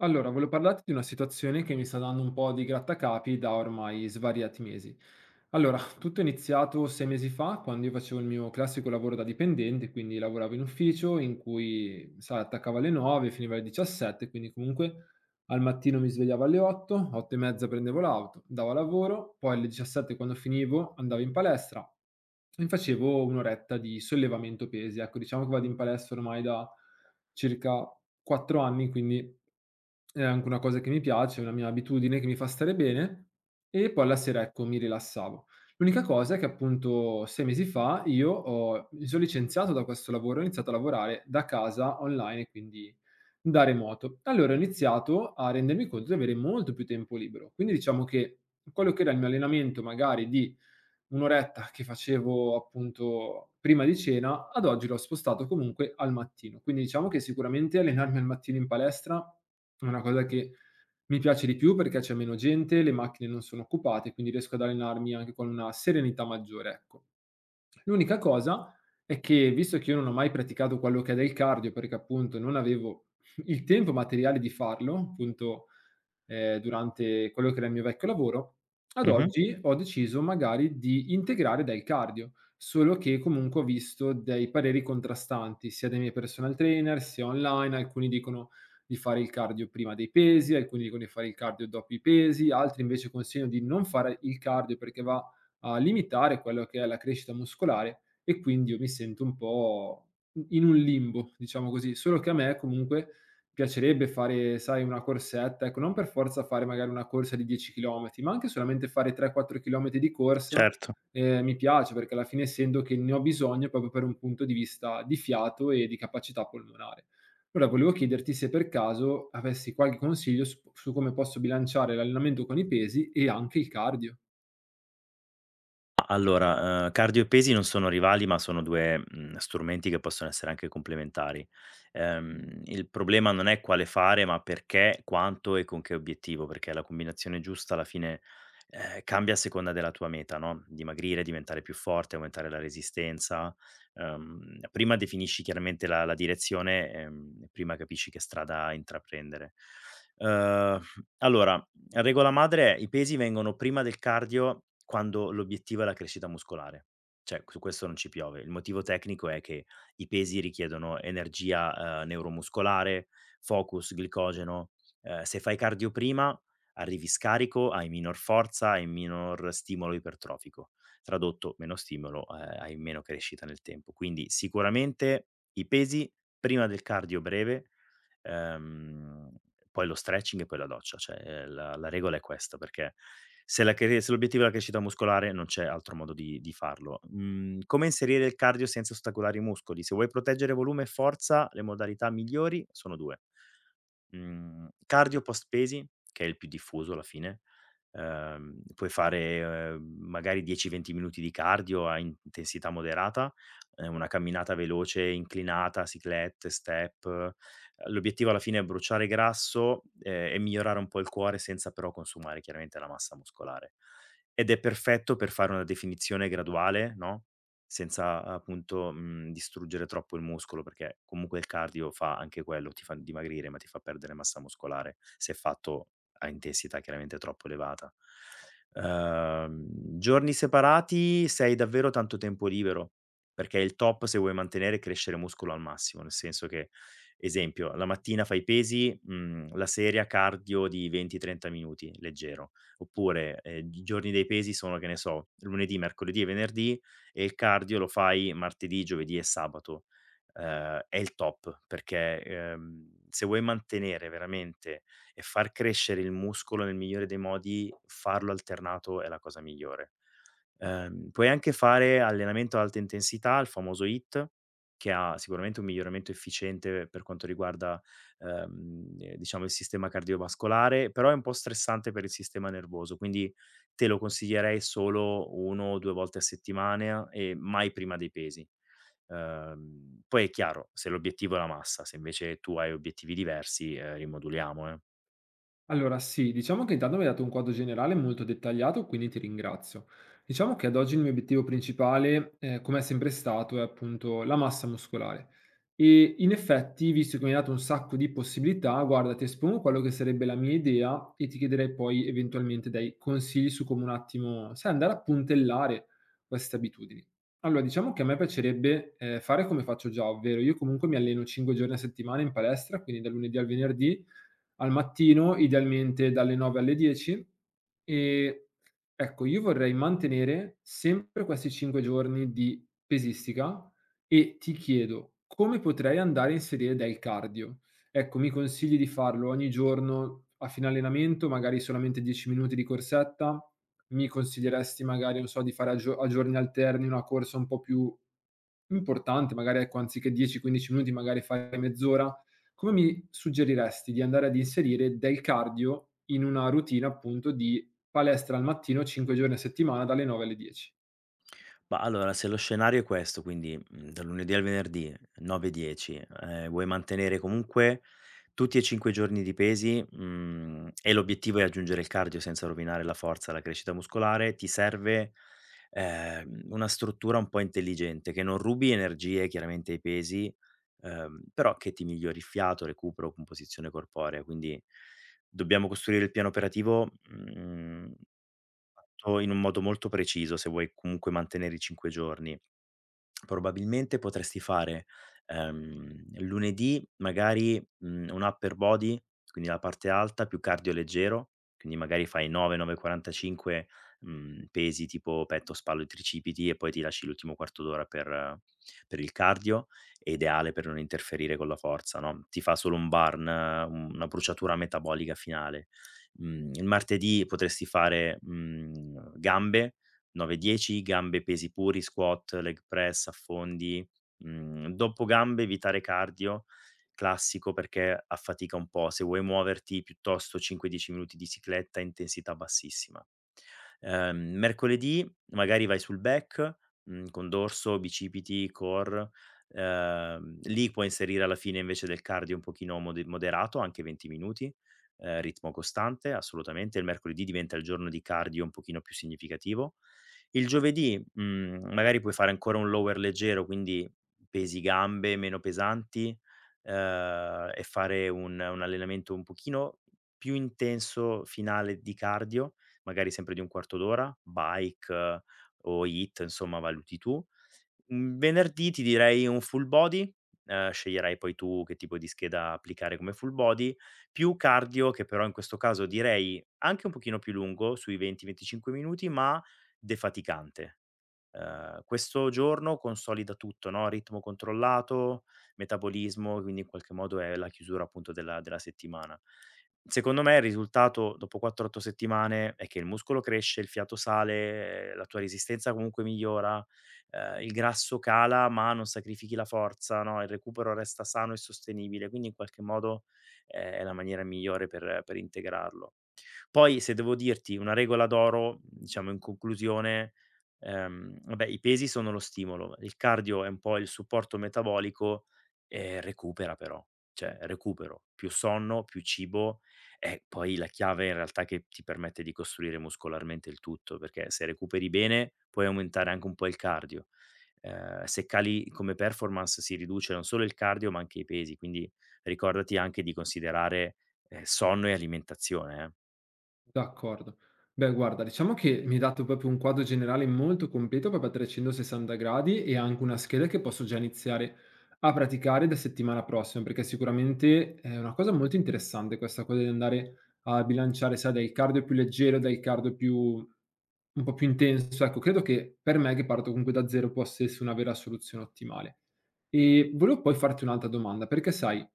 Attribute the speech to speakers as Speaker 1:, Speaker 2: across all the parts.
Speaker 1: Allora, volevo parlarti di una situazione che mi sta dando un po' di grattacapi da ormai svariati mesi. Allora, tutto è iniziato 6 mesi fa, quando io facevo il mio classico lavoro da dipendente, quindi lavoravo in ufficio in cui, sai, attaccavo alle 9, finiva alle 17, quindi comunque al mattino mi svegliavo alle 8, 8 e mezza, prendevo l'auto, andavo a lavoro, poi alle 17 quando finivo andavo in palestra, mi facevo 1 oretta di sollevamento pesi, ecco. Diciamo che vado in palestra ormai da circa 4 anni, quindi è anche una cosa che mi piace, è una mia abitudine che mi fa stare bene, e poi la sera, ecco, mi rilassavo. L'unica cosa è che appunto 6 mesi fa io ho mi son licenziato da questo lavoro, ho iniziato a lavorare da casa online e quindi da remoto. Allora ho iniziato a rendermi conto di avere molto più tempo libero. Quindi diciamo che quello che era il mio allenamento magari di un'oretta che facevo appunto prima di cena, ad oggi l'ho spostato comunque al mattino. Quindi diciamo che sicuramente allenarmi al mattino in palestra è una cosa che mi piace di più perché c'è meno gente, le macchine non sono occupate, quindi riesco ad allenarmi anche con una serenità maggiore, ecco. L'unica cosa è che, visto che io non ho mai praticato quello che è del cardio, perché appunto non avevo il tempo materiale di farlo, appunto, durante quello che era il mio vecchio lavoro, ad
Speaker 2: Mh-mh,
Speaker 1: oggi ho deciso magari di integrare del cardio, solo che comunque ho visto dei pareri contrastanti, sia dai miei personal trainer, sia online. Alcuni dicono di fare il cardio prima dei pesi, alcuni dicono di fare il cardio dopo i pesi, altri invece consigliano di non fare il cardio perché va a limitare quello che è la crescita muscolare, e quindi io mi sento un po' in un limbo, diciamo così. Solo che a me comunque piacerebbe fare, sai, una corsetta, ecco, non per forza fare magari una corsa di 10 chilometri, ma anche solamente fare 3, 4 chilometri di corsa,
Speaker 2: certo.
Speaker 1: mi piace perché alla fine sento che ne ho bisogno proprio per un punto di vista di fiato e di capacità polmonare. Allora volevo chiederti se per caso avessi qualche consiglio su come posso bilanciare l'allenamento con i pesi e anche il cardio.
Speaker 2: A allora, cardio e pesi non sono rivali, ma sono 2, strumenti che possono essere anche complementari. Il problema non è quale fare, ma perché, quanto e con che obiettivo, perché la combinazione giusta alla fine, cambia a seconda della tua meta, no, dimagrire, diventare più forte, aumentare la resistenza. Prima definisci chiaramente la direzione, e prima capisci che strada intraprendere. Ehm, allora, regola madre è: i pesi vengono prima del cardio quando l'obiettivo è la crescita muscolare. Cioè, su questo non ci piove. Il motivo tecnico è che i pesi richiedono energia, neuromuscolare, focus, glicogeno. Se fai cardio prima arrivi scarico, hai minor forza, hai minor stimolo ipertrofico. Tradotto: meno stimolo, hai meno crescita nel tempo. Quindi sicuramente i pesi prima del cardio breve. Ehm, poi lo stretching e poi la doccia, cioè, la regola è questa, perché se l'obiettivo è la crescita muscolare non c'è altro modo di farlo. Mhmm, come inserire il cardio senza ostacolare i muscoli? Se vuoi proteggere volume e forza, le modalità migliori sono 2. Cardio post pesi, che è il più diffuso alla fine, puoi fare, magari 10, 20 minuti di cardio a intensità moderata, una camminata veloce inclinata, cyclette, step. L'obiettivo alla fine è bruciare grasso, e migliorare un po' il cuore senza però consumare chiaramente la massa muscolare. Ed è perfetto per fare una definizione graduale, no, senza appunto, distruggere troppo il muscolo, perché comunque il cardio fa anche quello, ti fa dimagrire, ma ti fa perdere massa muscolare, se fatto a intensità chiaramente troppo elevata. Uhm, giorni separati se hai davvero tanto tempo libero, perché il top se vuoi mantenere è crescere muscolo al massimo, nel senso che, esempio, la mattina fai pesi, la sera cardio di 20, 30 minuti leggero, oppure, i giorni dei pesi sono, che ne so, lunedì, mercoledì e venerdì e il cardio lo fai martedì, giovedì e sabato. È il top perché, se vuoi mantenere veramente e far crescere il muscolo nel migliore dei modi, farlo alternato è la cosa migliore. Puoi anche fare allenamento ad alta intensità, il famoso HIIT, che ha sicuramente un miglioramento efficiente per quanto riguarda, diciamo il sistema cardiovascolare, però è un po' stressante per il sistema nervoso, quindi te lo consiglierei solo 1 o 2 volte a settimana e mai prima dei pesi. Poi è chiaro, se l'obiettivo è la massa, se invece tu hai obiettivi diversi, rimoduliamo, eh.
Speaker 1: Allora sì, diciamo che intanto mi hai dato un quadro generale molto dettagliato, quindi ti ringrazio. Diciamo che ad oggi il mio obiettivo principale, come è sempre stato, è appunto la massa muscolare. E in effetti, visto che mi hai dato un sacco di possibilità, guarda, ti espongo quello che sarebbe la mia idea e ti chiederei poi eventualmente dei consigli su come un attimo, sai, andare a puntellare queste abitudini. Allora, diciamo che a me piacerebbe, fare come faccio già, ovvero io comunque mi alleno 5 giorni a settimana in palestra, quindi dal lunedì al venerdì, al mattino, idealmente dalle 9 alle 10. E ecco, io vorrei mantenere sempre questi 5 giorni di pesistica e ti chiedo come potrei andare a inserire del cardio? Ecco, mi consigli di farlo ogni giorno a fine allenamento, magari solamente 10 minuti di corsetta? Mi consiglieresti magari, non so, di fare a giorni alterni una corsa un po' più importante, magari ecco, anziché 10-15 minuti, magari fare mezz'ora? Come mi suggeriresti di andare ad inserire del cardio in una routine appunto di palestra al mattino 5 giorni a settimana dalle 9 alle 10?
Speaker 2: Ma allora, se lo scenario è questo, quindi, dal lunedì al venerdì 9, 10, vuoi mantenere comunque tutti e 5 i giorni di pesi, e l'obiettivo è aggiungere il cardio senza rovinare la forza, la crescita muscolare, ti serve, una struttura un po' intelligente, che non rubi energie chiaramente ai pesi, però che ti migliori il fiato, recupero, composizione corporea. Quindi dobbiamo costruire il piano operativo, mhmm fatto in un modo molto preciso, se vuoi comunque mantenere i 5 giorni. Probabilmente potresti fare, lunedì magari, un upper body, quindi la parte alta, più cardio leggero, quindi magari fai 9, 9:45, pesi tipo petto, spalle e tricipiti e poi ti lasci l'ultimo quarto d'ora per il cardio, è ideale per non interferire con la forza, no, ti fa solo un burn, una bruciatura metabolica finale. Il martedì potresti fare, gambe, 9-10, gambe pesi puri, squat, leg press, affondi. Dopo gambe evitare cardio, classico perché affatica un po'. Se vuoi muoverti piuttosto 5-10 minuti di cicletta, intensità bassissima. Mercoledì magari vai sul back, con dorso, bicipiti, core, lì puoi inserire alla fine invece del cardio un pochino moderato, anche 20 minuti, ritmo costante, assolutamente. Il mercoledì diventa il giorno di cardio un pochino più significativo. Il giovedì, magari puoi fare ancora un lower leggero, quindi pesi gambe meno pesanti, e fare un allenamento un pochino più intenso finale di cardio magari sempre di un quarto d'ora, bike o HIIT, insomma valuti tu. Un venerdì ti direi un full body, sceglierai poi tu che tipo di scheda applicare come full body, più cardio che però in questo caso direi anche un pochino più lungo, sui 20, 25 minuti, ma defaticante. Questo giorno consolida tutto, no, ritmo controllato, metabolismo, quindi in qualche modo è la chiusura appunto della settimana. Secondo me il risultato dopo 4, 8 settimane è che il muscolo cresce, il fiato sale, la tua resistenza comunque migliora, il grasso cala ma non sacrifichi la forza, no, il recupero resta sano e sostenibile, quindi in qualche modo è la maniera migliore per integrarlo. Poi se devo dirti una regola d'oro, diciamo in conclusione, vabbè, i pesi sono lo stimolo, il cardio è un po' il supporto metabolico e recupera però, cioè recupero, più sonno, più cibo e poi la chiave in realtà che ti permette di costruire muscolarmente il tutto, perché se recuperi bene puoi aumentare anche un po' il cardio. Se cali come performance si riduce non solo il cardio ma anche i pesi, quindi ricordati anche di considerare, sonno e alimentazione, eh.
Speaker 1: D'accordo. Beh, guarda, diciamo che mi hai dato proprio un quadro generale molto completo, proprio a 360 gradi, e anche una scheda che posso già iniziare a praticare da settimana prossima, perché sicuramente è una cosa molto interessante questa cosa di andare a bilanciare, sai, dal cardio più leggero, dal cardio più un po' più intenso. Ecco, credo che per me, che parto comunque da zero, possa essere una vera soluzione ottimale. E volevo poi farti un'altra domanda, perché sai,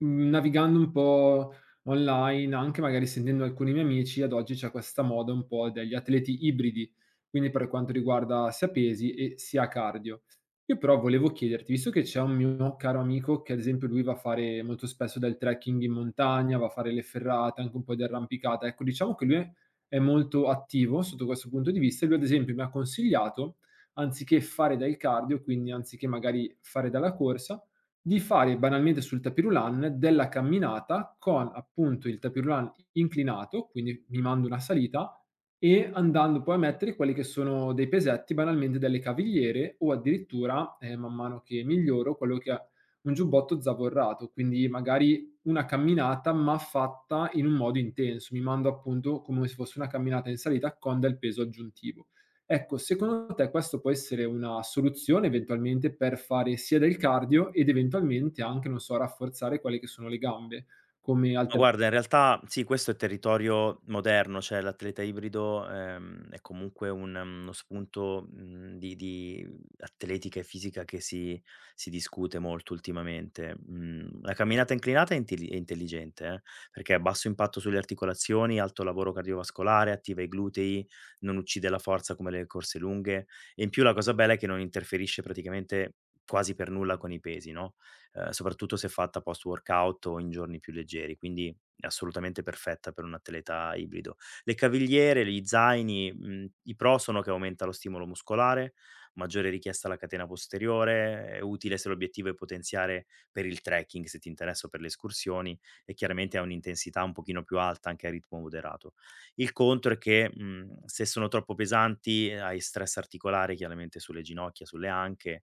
Speaker 1: mhmm, navigando un po' online, anche magari sentendo alcuni miei amici, ad oggi c'è questa moda un po' degli atleti ibridi, quindi per quanto riguarda sia pesi e sia cardio. Io però volevo chiederti, visto che c'è un mio caro amico che ad esempio lui va a fare molto spesso del trekking in montagna, va a fare le ferrate, anche un po' di arrampicata, ecco, diciamo che lui è molto attivo sotto questo punto di vista, e lui ad esempio mi ha consigliato, anziché fare del cardio, quindi anziché magari fare della corsa, di fare banalmente sul tapis roulant della camminata con appunto il tapis roulant inclinato, quindi mi mando una salita, e andando poi a mettere quelli che sono dei pesetti, banalmente delle cavigliere, o addirittura, man mano che miglioro, quello che è un giubbotto zavorrato, quindi magari una camminata ma fatta in un modo intenso. Mi mando appunto come se fosse una camminata in salita con del peso aggiuntivo. Ecco, secondo te questo può essere una soluzione eventualmente per fare sia del cardio ed eventualmente anche, non so, rafforzare quelle che sono le gambe come
Speaker 2: Ma
Speaker 1: alter.
Speaker 2: guarda, in realtà sì, questo è territorio moderno, cioè l'atleta ibrido, è comunque uno spunto, di atletica e fisica che si discute molto ultimamente. Mhmm, la camminata inclinata è intelligente, perché ha basso impatto sulle articolazioni, alto lavoro cardiovascolare, attiva i glutei, non uccide la forza come le corse lunghe e in più la cosa bella è che non interferisce praticamente quasi per nulla con i pesi, no? Soprattutto se fatta post workout o in giorni più leggeri, quindi è assolutamente perfetta per un atleta ibrido. Le cavigliere, gli zaini, i pro sono che aumenta lo stimolo muscolare, maggiore richiesta alla catena posteriore, è utile se l'obiettivo è potenziare per il trekking, se ti interessa o per le escursioni e chiaramente ha un'intensità un pochino più alta anche a ritmo moderato. Il contro è che, se sono troppo pesanti, hai stress articolare chiaramente sulle ginocchia, sulle anche.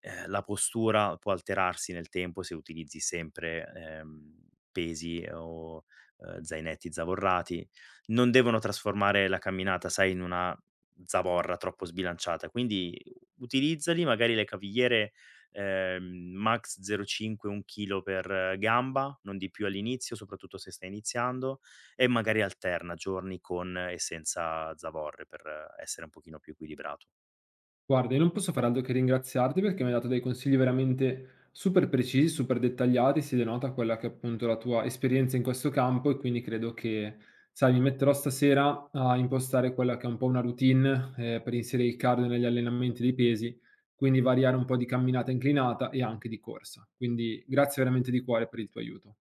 Speaker 2: La postura può alterarsi nel tempo se utilizzi sempre, pesi o, zainetti zavorrati. Non devono trasformare la camminata, sai, in una zavorra troppo sbilanciata, quindi utilizzali, magari le cavigliere, max 0,5, 1 chilo per gamba, non di più all'inizio, soprattutto se stai iniziando, e magari alterna giorni con e senza zavorre per essere un pochino più equilibrato.
Speaker 1: Guarda, io non posso fare altro che ringraziarti perché mi hai dato dei consigli veramente super precisi, super dettagliati, si denota quella che è appunto la tua esperienza in questo campo, e quindi credo che, sai, mi metterò stasera a impostare quella che è un po' una routine, per inserire il cardio negli allenamenti dei pesi, quindi variare un po' di camminata inclinata e anche di corsa. Quindi grazie veramente di cuore per il tuo aiuto.